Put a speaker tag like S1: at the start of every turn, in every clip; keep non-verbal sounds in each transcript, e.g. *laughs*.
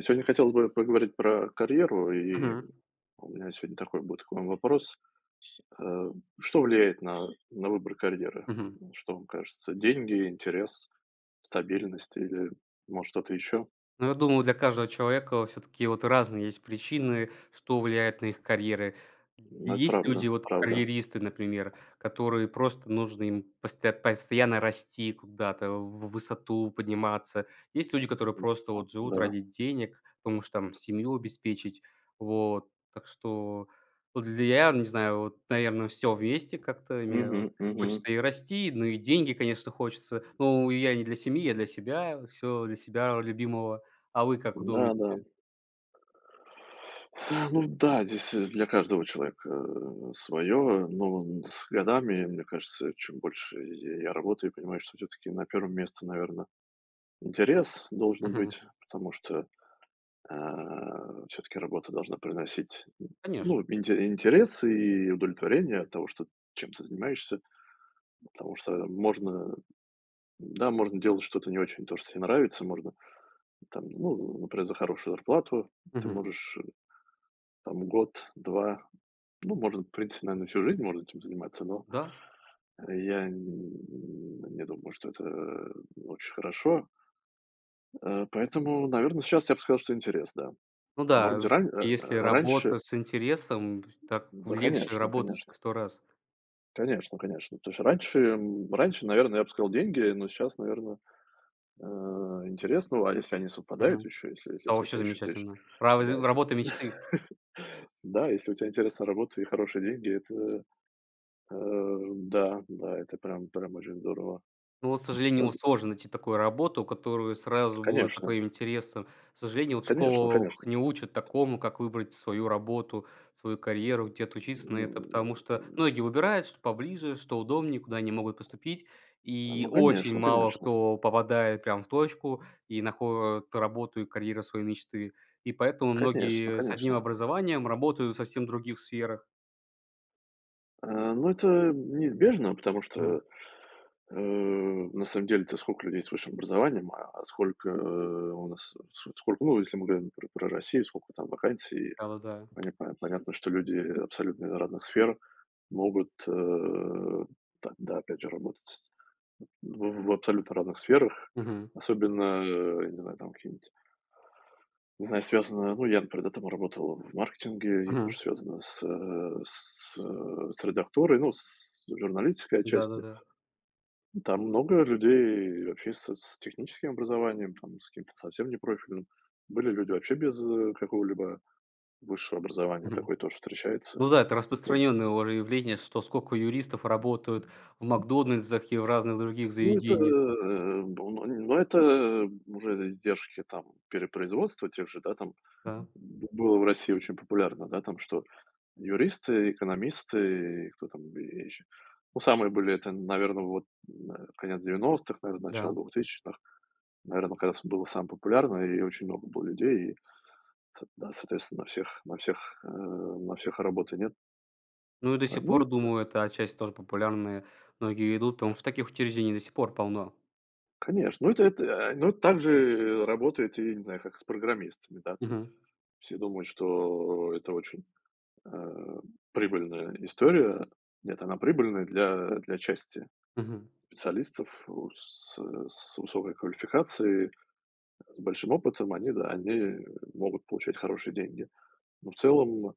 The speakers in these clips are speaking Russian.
S1: Сегодня хотелось бы поговорить про карьеру, и
S2: Мгм.
S1: у меня сегодня такой будет к вам вопрос. Э, Что влияет на выбор карьеры?
S2: Мгм.
S1: Что вам кажется? Деньги, интерес, стабильность или, может, что-то еще?
S2: Ну, я думаю, для каждого человека все таки вот разные есть причины, что влияет на их карьеры.
S1: Ну, это
S2: Есть
S1: правда,
S2: люди, вот
S1: правда,
S2: карьеристы, например, которые просто нужно им постоянно расти куда-то, в высоту подниматься. Есть люди, которые просто вот живут
S1: да.
S2: ради денег, потому что там семью обеспечить. Вот, так что вот для я не знаю, вот, наверное, все вместе как-то мне
S1: Мгм,
S2: вот
S1: мгм.
S2: хочется, и расти, ну и деньги, конечно, хочется. Ну, я не для семьи, я для себя, все для себя любимого. А вы как
S1: Да, да.
S2: думаете?
S1: *sighs* Ну да, здесь для каждого человека свое, но с годами, мне кажется, чем больше я работаю, понимаю, что все-таки на первом месте, наверное, интерес должен
S2: Мгм.
S1: быть, потому что все-таки работа должна приносить, ну,
S2: Конечно.
S1: интерес и удовлетворение от того, что чем ты занимаешься. Потому что можно, да, можно делать что-то не очень, то, что тебе нравится. Можно там, ну, например, за хорошую зарплату ты
S2: Мгм.
S1: можешь, там, год, 2 ну, можно, в принципе, наверное, всю жизнь можно этим заниматься, но
S2: Да.
S1: я не думаю, что это очень хорошо. Поэтому, наверное, сейчас я бы сказал, что интерес, да.
S2: Ну
S1: Может
S2: да,
S1: быть,
S2: вс если
S1: раньше.
S2: работа с интересом, так
S1: Да,
S2: легче
S1: конечно,
S2: работать
S1: конечно.
S2: к 100 раз.
S1: Конечно, конечно. То есть раньше, наверное, я бы сказал деньги, но сейчас, наверное, интерес. Ну, а если они совпадают
S2: Мгм.
S1: еще, если
S2: Да,
S1: это у
S2: вообще
S1: тебя еще тысяч,
S2: замечательно. Равз
S1: да, если
S2: работа мечты.
S1: да, если у тебя интересная работа и хорошие деньги, это, э, да, да, это прям очень здорово.
S2: Ну, вот, к
S1: Э,
S2: сожалению, вот сложно найти такую работу, которую сразу будет по
S1: Конечно,
S2: твоим интересам. К сожалению, вот в
S1: конечно,
S2: школах
S1: конечно.
S2: не учат такому, как выбрать свою работу, свою карьеру, где отучиться на это,
S1: М,
S2: потому что многие выбирают, что поближе, что удобнее, куда они могут поступить, и
S1: ну,
S2: очень
S1: конечно,
S2: мало
S1: конечно,
S2: кто попадает прям в точку и находит работу и карьеру своей мечты. И поэтому
S1: конечно,
S2: многие с одним
S1: конечно.
S2: образованием работают в совсем других сферах.
S1: Ну, это неизбежно, потому
S2: Мгм.
S1: что, на самом деле-то сколько людей с высшим образованием, а сколько, у нас, с сколько, ну, если мы говорим, например, про Россию, сколько там вакансий.
S2: Да-да-да.
S1: Поня Понятно, что люди абсолютно из разных сфер могут, там, да, опять же, работать с в абсолютно разных сферах.
S2: Мгм.
S1: Особенно, не знаю, там какие не знаю, связано, ну, я, например, до того работал в маркетинге, и тоже
S2: Мгм.
S1: связано с редактурой, ну, с журналистикой отчасти.
S2: Да-да-да.
S1: Там много людей вообще с техническим образованием, там, с каким-то совсем непрофильным. Были люди вообще без какого-либо высшего образования,
S2: Мгм.
S1: такое тоже встречается.
S2: Ну да, это
S1: Ну,
S2: распространенное уже явление, что сколько юристов работают в "Макдональдсах" и в разных других
S1: ну, это,
S2: заведениях.
S1: ну, это уже издержки там перепроизводства тех же, да, там
S2: Да,
S1: было в России очень популярно, да, там, что юристы, экономисты, и кто там и еще. Ну, самые были это, наверное, вот, на конец 90-х, наверное, начало
S2: да.
S1: 2000-х. Наверно, как раз было самое популярное, и очень много было людей, и, со да, соответственно, на всех работы нет.
S2: Ну и до
S1: П
S2: сих
S1: Ну и
S2: пор, думаю, это отчасти тоже популярное. Многие идут, потому что таких учреждений до сих пор полно.
S1: конечно, ну это, ну это так работает и, не знаю, как с программистами, да. То есть
S2: Мгм,
S1: все думают, что это очень, э, прибыльная история. Нет, она прибыльная для части
S2: мгм.
S1: специалистов с высокой квалификацией, с большим опытом, они, да, они могут получать хорошие деньги. Но в целом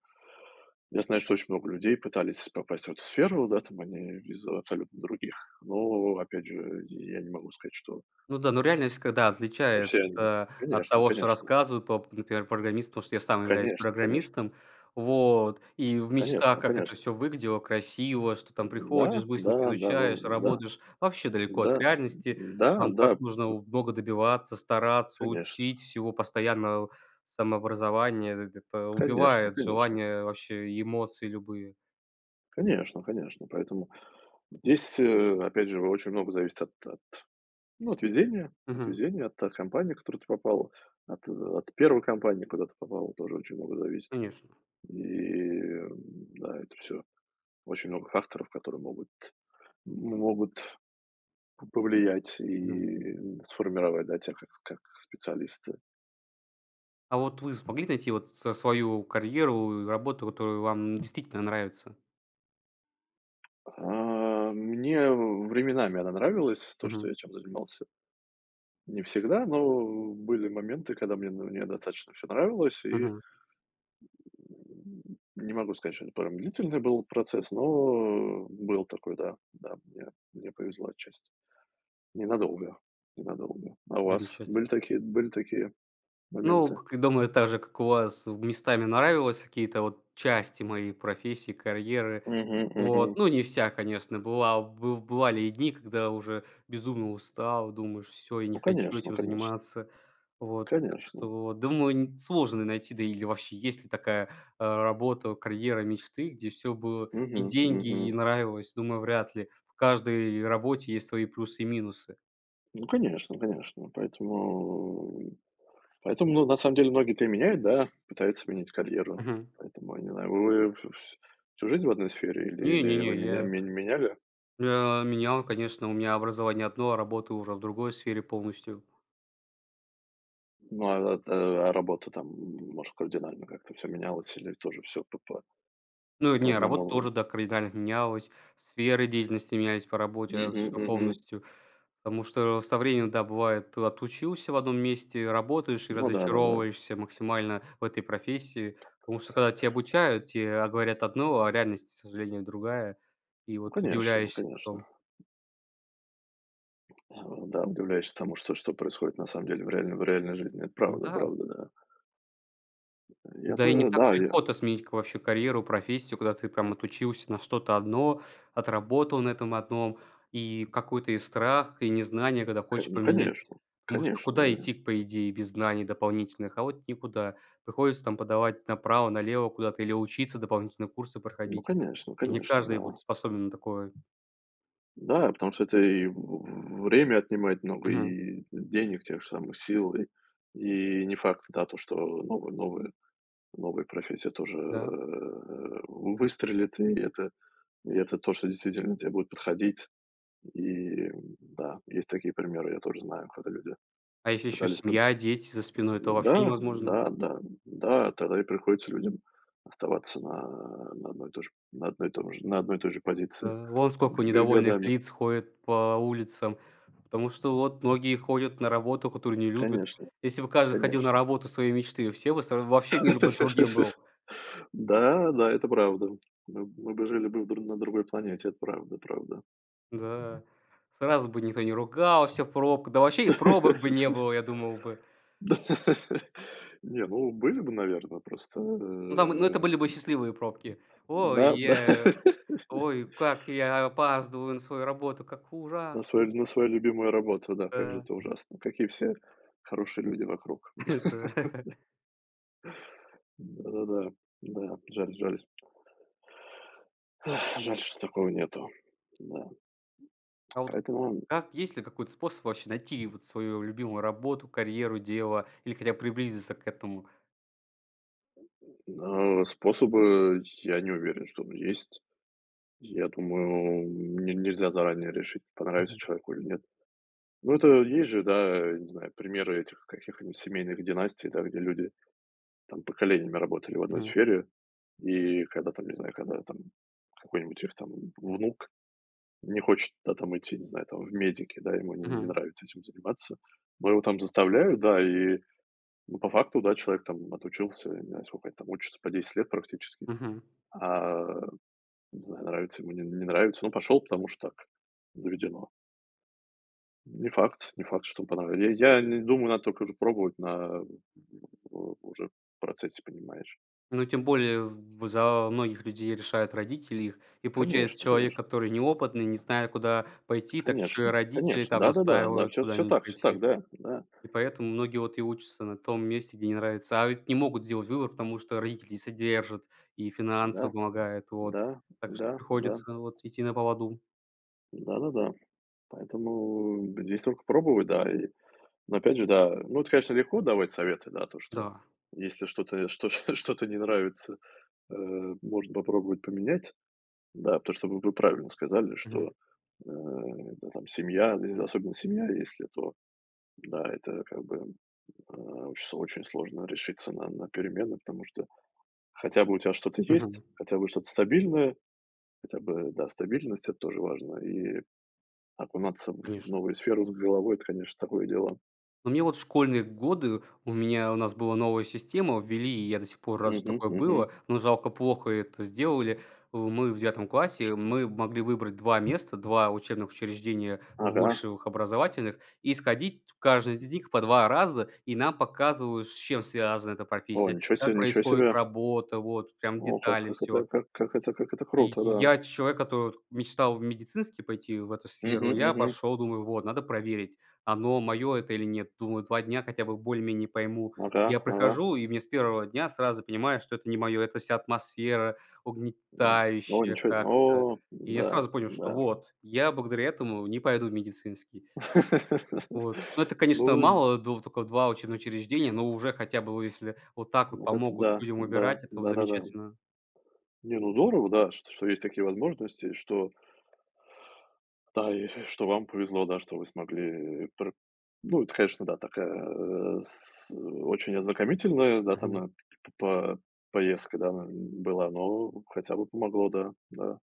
S1: я знаю, что очень много людей пытались попасть в эту сферу, да, там они из абсолютно других. Но опять же, я не могу сказать, что
S2: Ну да, но реальность, когда
S1: что все они.
S2: отличается от
S1: Конечно,
S2: того, что
S1: конечно.
S2: рассказывают, по, например, программисту, потому что я сам являюсь
S1: Конечно, конечно.
S2: программистом, вот, и в мечтах,
S1: Конечно,
S2: как это
S1: конечно.
S2: все выглядело красиво, что там
S1: Да,
S2: приходишь,
S1: да,
S2: быстренько
S1: да, во
S2: изучаешь,
S1: да,
S2: работаешь, вообще далеко
S1: да,
S2: от реальности,
S1: да,
S2: там
S1: да,
S2: как нужно у много добиваться, стараться,
S1: конечно,
S2: учить всего, постоянно самообразование, это
S1: конечно,
S2: убивает
S1: конечно,
S2: желание вообще и эмоции любые.
S1: конечно, конечно. Поэтому здесь, опять же, очень много зависит от, ну, от везения, от
S2: Мгм.
S1: везения, от компании, в которую ты попал, от первой компании, куда ты попал, тоже очень много зависит.
S2: Конечно.
S1: И, э, да, это все. Очень много факторов, которые могут повлиять и сформировать, да, тебя как специалиста.
S2: А вот вы смогли найти вот с свою карьеру и работу, которую вам действительно нравится?
S1: Мне временами она нравилась, то, что
S2: Мгм,
S1: я чем занимался. Не всегда, но были моменты, когда мне ну, мне достаточно все нравилось и
S2: мгм.
S1: не могу сказать, что это прям длительный был процесс, но был такой, да. Да, мне повезло отчасти. Ненадолго, ненадолго. А у вас
S2: Замечательно.
S1: были такие
S2: Ну,
S1: моменты?
S2: к думаю, так же, как у вас местами нравилось какие-то вот части моей профессии, карьеры.
S1: Мгм,
S2: Вот,
S1: мгм.
S2: ну, не вся, конечно, была бы бывали и дни, когда уже безумно устал, думаешь: "все я не
S1: Ну,
S2: хочу
S1: конечно,
S2: этим
S1: конечно,
S2: заниматься". Вот, так что,
S1: конечно.
S2: вот, думаю, н сложно найти, да или вообще есть ли такая, работа, карьера мечты, где все было и
S1: Мгм, мгм.
S2: деньги, и нравилось. Думаю, вряд ли. В каждой работе есть свои плюсы и минусы.
S1: Ну, конечно, конечно. Поэтому, ну, на самом деле, многие-то и меняют, да, пытаются сменить карьеру.
S2: Мгм.
S1: Поэтому, я не знаю, вы всю жизнь в одной сфере или
S2: Не, не,
S1: или
S2: не,
S1: вы
S2: я
S1: меняли?
S2: я менял, конечно, у меня образование одно, а работа уже в другой сфере полностью.
S1: Ну, а ат а работа там, может, кардинально как-то все менялось или тоже все по по
S2: Ну,
S1: по
S2: не, работа
S1: одному?
S2: тоже, да, кардинально менялась, сферы деятельности менялись по работе,
S1: Мгм,
S2: все
S1: мгм.
S2: полностью. Потому что со временем, да, бывает, ты отучился в одном месте, работаешь и
S1: Ну да, да-да.
S2: разочаровываешься максимально в этой профессии. Потому что когда тебя обучают, тебе говорят одно, а реальность, к сожалению, другая. И
S1: Ну,
S2: вот
S1: конечно, ну
S2: удивляешься
S1: конечно.
S2: потом.
S1: Да, удивляешься тому, что происходит на самом деле в реальной жизни. Это правда,
S2: Да.
S1: правда, да. Я
S2: Да и не
S1: тоже, да,
S2: так
S1: я
S2: легко-то сменить к вообще карьеру, профессию, когда ты прям отучился на что-то одно, отработал на этом одном, и какой-то и страх, и незнание, когда
S1: к
S2: хочешь
S1: ну,
S2: поменять.
S1: конечно,
S2: Потому что
S1: конечно,
S2: куда идти, по идее, без знаний дополнительных, а вот никуда. Приходится там подавать направо, налево куда-то или учиться, дополнительные курсы
S1: ну,
S2: проходить.
S1: конечно,
S2: И не
S1: конечно, да.
S2: каждый вот способен на такое.
S1: Да, потому что это и в время отнимает много,
S2: Мгм.
S1: и денег, тех же самых сил, и не факт, да, то, что новые новые новой профессия тоже,
S2: Да.
S1: выстрелит, и это то, что действительно тебе будет подходить. Да, есть такие примеры, я тоже знаю, когда люди
S2: А если еще
S1: пытались пом
S2: семья, дети за спиной, то вообще
S1: да,
S2: невозможно.
S1: да, да, да, тогда и приходится людям оставаться на одной и той же на одной и той же позиции
S2: Да. Вон сколько
S1: г
S2: недовольных
S1: годами.
S2: лиц ходит по улицам, потому что вот многие ходят на работу, которую не любят.
S1: Конечно,
S2: Если бы каждый ходил на
S1: конечно.
S2: работу своей мечты, все бы сра вообще мир бы другим был.
S1: *laughs* Да, да, это правда. Мы бы жили бы в дру на другой планете, это правда, правда.
S2: Да. Сразу бы никто не ругался в пробках, да вообще и пробок бы не было,
S1: *laughs*
S2: я думал бы.
S1: *laughs* Не, ну, были бы, наверное, просто,
S2: Ну там, ну это были бы счастливые пробки. "Ой,
S1: да, да, *laughs*
S2: ой, как я опаздываю на свою работу, как
S1: на
S2: ужасно".
S1: свою на свою любимую работу, да, как же
S2: Да,
S1: это ужасно, какие все хорошие люди вокруг.
S2: *laughs*
S1: *laughs*
S2: это.
S1: Да-да-да, да, жаль, жаль. Ах, жаль, что такого нету, да.
S2: А вот
S1: Поэтому,
S2: как есть ли какой-то способ вообще найти вот свою любимую работу, карьеру, дело или хотя бы приблизиться к этому?
S1: способы я не уверен, что есть. Я думаю, не нельзя заранее решить, понравится
S2: Мгм.
S1: человеку или нет. Ну, это есть же, да, не знаю, примеры этих каких-нибудь семейных династий, да, где люди там поколениями работали в одной
S2: Мгм.
S1: сфере, и не знаю, когда там какой-нибудь их там внук не хочет, да, там идти, не знаю, там в медики, да, ему не
S2: Мгм.
S1: нравится этим заниматься, но его там заставляют, да, и, ну, по факту, да, человек там отучился, не знаю, сколько они там учатся, по 10 лет практически,
S2: Мгм.
S1: а, не знаю, нравится ему, не нравится, ну, пошел, потому что так заведено. Не факт, не факт, что понравилось. Я не думаю, надо только уже пробовать уже в процессе, понимаешь.
S2: Ну, тем более, в за многих людей решают родители их. И получается,
S1: Конечно,
S2: человек,
S1: конечно.
S2: который неопытный, не зная, куда пойти, так еще и
S1: Конечно,
S2: родители
S1: конечно.
S2: там
S1: Да-да-да, да, да, да,
S2: настаивают
S1: все,
S2: куда-нибудь
S1: все так,
S2: пойти.
S1: да, да,
S2: И поэтому многие вот и учатся на том месте, где не нравится. А ведь не могут сделать выбор, потому что родители содержат и финансово
S1: да,
S2: помогают, вот.
S1: да,
S2: Так что
S1: да, да,
S2: приходится вот идти на поводу.
S1: да-да-да. Поэтому здесь только пробовать, да. И, но опять же, да, ну, это, конечно, легко давать советы, да, то, что
S2: Да.
S1: если что-то что *laughs* что-то не нравится, э, можно попробовать поменять. Да, потому что вы правильно сказали,
S2: Мгм.
S1: что, да, там семья, и особенно семья, если то, да, это как бы, очень сложно решиться на перемены, потому что хотя бы у тебя что-то есть,
S2: Мгм.
S1: хотя бы что-то стабильное, хотя бы, да, стабильность- это тоже важно. И окунаться в
S2: Конечно.
S1: новую сферу с головой- это, конечно, такое дело.
S2: Но мне вот в школьные годы у нас была новая система, ввели, и я до сих пор рад, что
S1: Мгм,
S2: такое
S1: мгм.
S2: было, но жалко, плохо это сделали. Мы в девятом
S1: Ш
S2: классе, мы могли выбрать 2 места, 2 учебных учреждения
S1: Ага.
S2: высших образовательных и сходить в каждое из них по 2 раза, и нам показывают, с чем связана эта
S1: О,
S2: профессия,
S1: ничего себе,
S2: как
S1: ничего
S2: происходит
S1: себе!
S2: работа, вот, прям
S1: О, как
S2: детали,
S1: как это
S2: все.
S1: как как это как это
S2: И
S1: круто, да.
S2: я человек, который вот мечтал в медицинский пойти, в эту
S1: Мгм,
S2: сферу. Я
S1: мгм.
S2: пошел, думаю, вот, надо проверить, оно мое это или нет. Думаю, 2 дня хотя бы более-менее пойму.
S1: Ага,
S2: Я
S1: ага.
S2: прихожу, и мне с первого дня сразу понимаю, что это не мое. Это вся атмосфера
S1: М. О,
S2: угнетающая
S1: ничего
S2: как-то.
S1: О,
S2: И я
S1: да,
S2: сразу понял, что
S1: да.
S2: вот, я благодаря этому не пойду в медицинский. Вот. Но это,
S1: *laughs*
S2: конечно,
S1: Ну,
S2: мало, дв только 2 учебных учреждения, но уже хотя бы, вот если вот так вот
S1: ну, хоть
S2: помогут
S1: да,
S2: людям
S1: да,
S2: убирать, это вот
S1: да-да-да.
S2: замечательно.
S1: Не, ну здорово, да, что есть такие возможности, что Да, и *laughs* что вам повезло, да, что вы смогли пр Ну, это, конечно, да, такая э, с очень ознакомительная, да, там, на п по поездка, да, н была, но хотя бы помогло, да, да.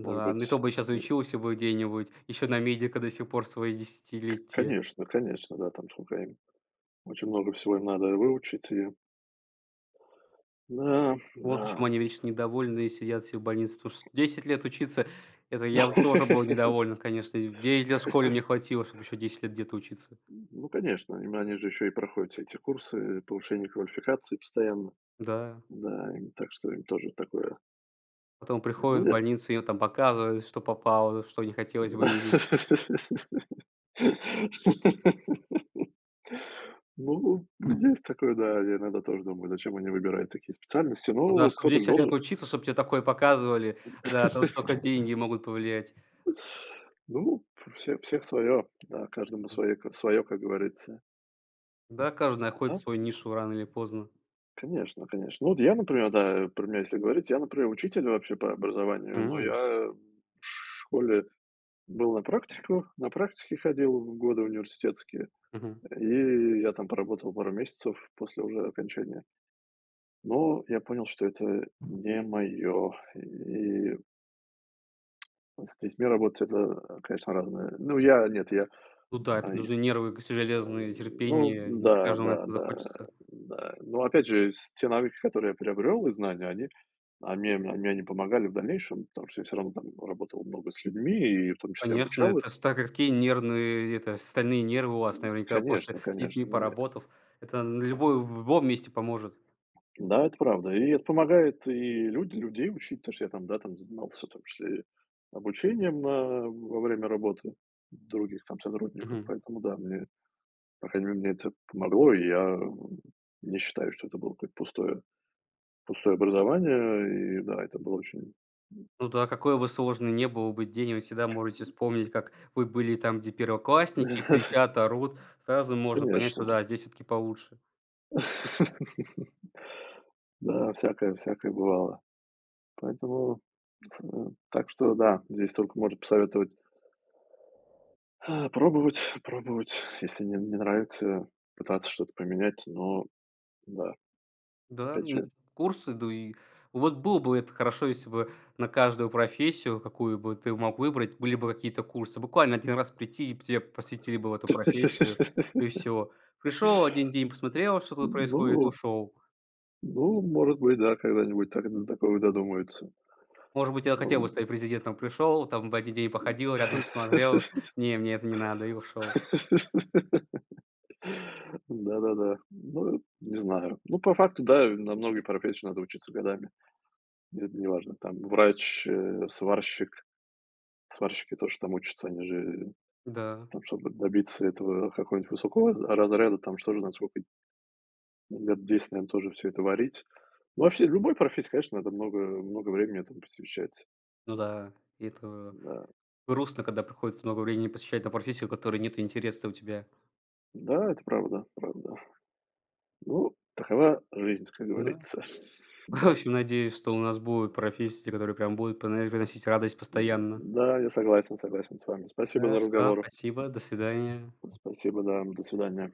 S1: Может
S2: ну и
S1: быть,
S2: то бы сейчас учился бы где-нибудь, еще на медика до сих пор свои десятилетия.
S1: конечно, конечно, да, там сколько им очень много всего им надо выучить и Да, да.
S2: Вот почему они вечно недовольны и сидят все в больнице, потому что 10 лет учиться — это я бы тоже был
S1: *laughs*
S2: недоволен, конечно. И в 9 лет в школе мне хватило, чтобы еще 10 лет где-то учиться.
S1: Ну, конечно, им они же еще и проходят все эти курсы повышения квалификации постоянно.
S2: Да.
S1: Да, им так что им тоже такое
S2: Потом
S1: Ну,
S2: приходят в
S1: я
S2: больницу, им там показывают, что попало, что не хотелось бы видеть.
S1: *laughs* *laughs* Ну, есть такое, да. Я иногда тоже думаю, зачем они выбирают такие специальности.
S2: Ну да,
S1: Но
S2: чтобы
S1: кто-то же
S2: 10 лет
S1: должен.
S2: учиться, чтобы тебе такое показывали. Да, тут только
S1: *laughs*
S2: деньги могут повлиять.
S1: Ну, всех свое, да, каждому
S2: М,
S1: свое, свое, как говорится.
S2: да, каждый
S1: А
S2: находит
S1: так,
S2: свою нишу рано или поздно.
S1: конечно, конечно. Ну, вот я, например, да, про меня если говорить, я, например, учитель вообще по образованию, но
S2: М,
S1: я в школе был на практике ходил в годы университетские,
S2: мгм.
S1: и я там поработал пару месяцев после уже окончания. Но я понял, что это не мое. И с детьми работать- это, конечно, разное. Ну, я нет, я,
S2: Ну да, это
S1: а, из
S2: нужны нервы к
S1: э,
S2: железные,
S1: ну
S2: терпение. Не
S1: да,
S2: каждому
S1: да,
S2: это
S1: да,
S2: захочется.
S1: да. Но опять же, с те навыки, которые я приобрел, и знания, они а мне, они помогали в дальнейшем, потому что я всё равно там работал много с людьми, и в том числе
S2: Конечно,
S1: обучал
S2: это
S1: их.
S2: ж так какие нервные, это, стальные нервы у вас наверняка после
S1: Конечно,
S2: с детьми
S1: конечно.
S2: поработав. Это на любой в любом месте поможет.
S1: Да, это правда. И это помогает и люди людей учить, потому что я там, да, там занимался в том числе и обучением на во время работы других там сотрудников.
S2: Мгм.
S1: Поэтому да, по крайней мере, мне это помогло, и я, не считаю, что это было какое-то пустое образование. И да, это было очень
S2: Ну да, какой бы сложный не был бы день, вы всегда можете вспомнить, как вы были там, где первоклассники
S1: *laughs*
S2: кричат, орут. Сразу можно понять, что
S1: Конечно.
S2: да, здесь все таки получше.
S1: *laughs* Да, всякое всякое бывало. Поэтому, э, так что да, здесь только может посоветовать пробовать, пробовать. Если не нравится, пытаться что-то поменять, но да,
S2: Да,
S1: опять же.
S2: ну, курсы, да и вот было бы это хорошо, если бы на каждую профессию, какую бы ты мог выбрать, были бы какие-то курсы. Буквально один раз прийти, и тебе посвятили бы в эту профессию, и
S1: *laughs*
S2: все. Пришел, один день посмотрел, что тут происходит,
S1: Ну
S2: ушел.
S1: ну, может быть, да, когда-нибудь так до такого додумаются.
S2: Может быть, я хотел
S1: Ну
S2: бы стать президентом, пришел, там бы 1 день походил, рядом посмотрел:
S1: *laughs*
S2: "Не, мне это не надо", и ушел.
S1: Да-да-да. Ну, не знаю. Ну, по факту, да, на многие профессии надо учиться годами. Это неважно, там врач, сварщик. Сварщики тоже там учатся, они же
S2: Да,
S1: там, чтобы добиться этого какого-нибудь высокого разряда, там что же, насколько. Лет 10, наверно, тоже все это варить. Ну, вообще любой профессии, конечно, надо много много времени этому посвящать.
S2: ну да, и это
S1: Да.
S2: грустно, когда приходится много времени посвящать на профессию, которой нет интереса у тебя.
S1: Да, это правда, правда. Ну, такова жизнь, как
S2: Да.
S1: говорится. *laughs*
S2: В
S1: Да.
S2: общем, надеюсь, что у нас будут профессии, которые прям будут приносить радость постоянно.
S1: Да, я согласен с вами. Спасибо
S2: Да,
S1: за разговор.
S2: спасибо, до свидания.
S1: Спасибо, да. До свидания.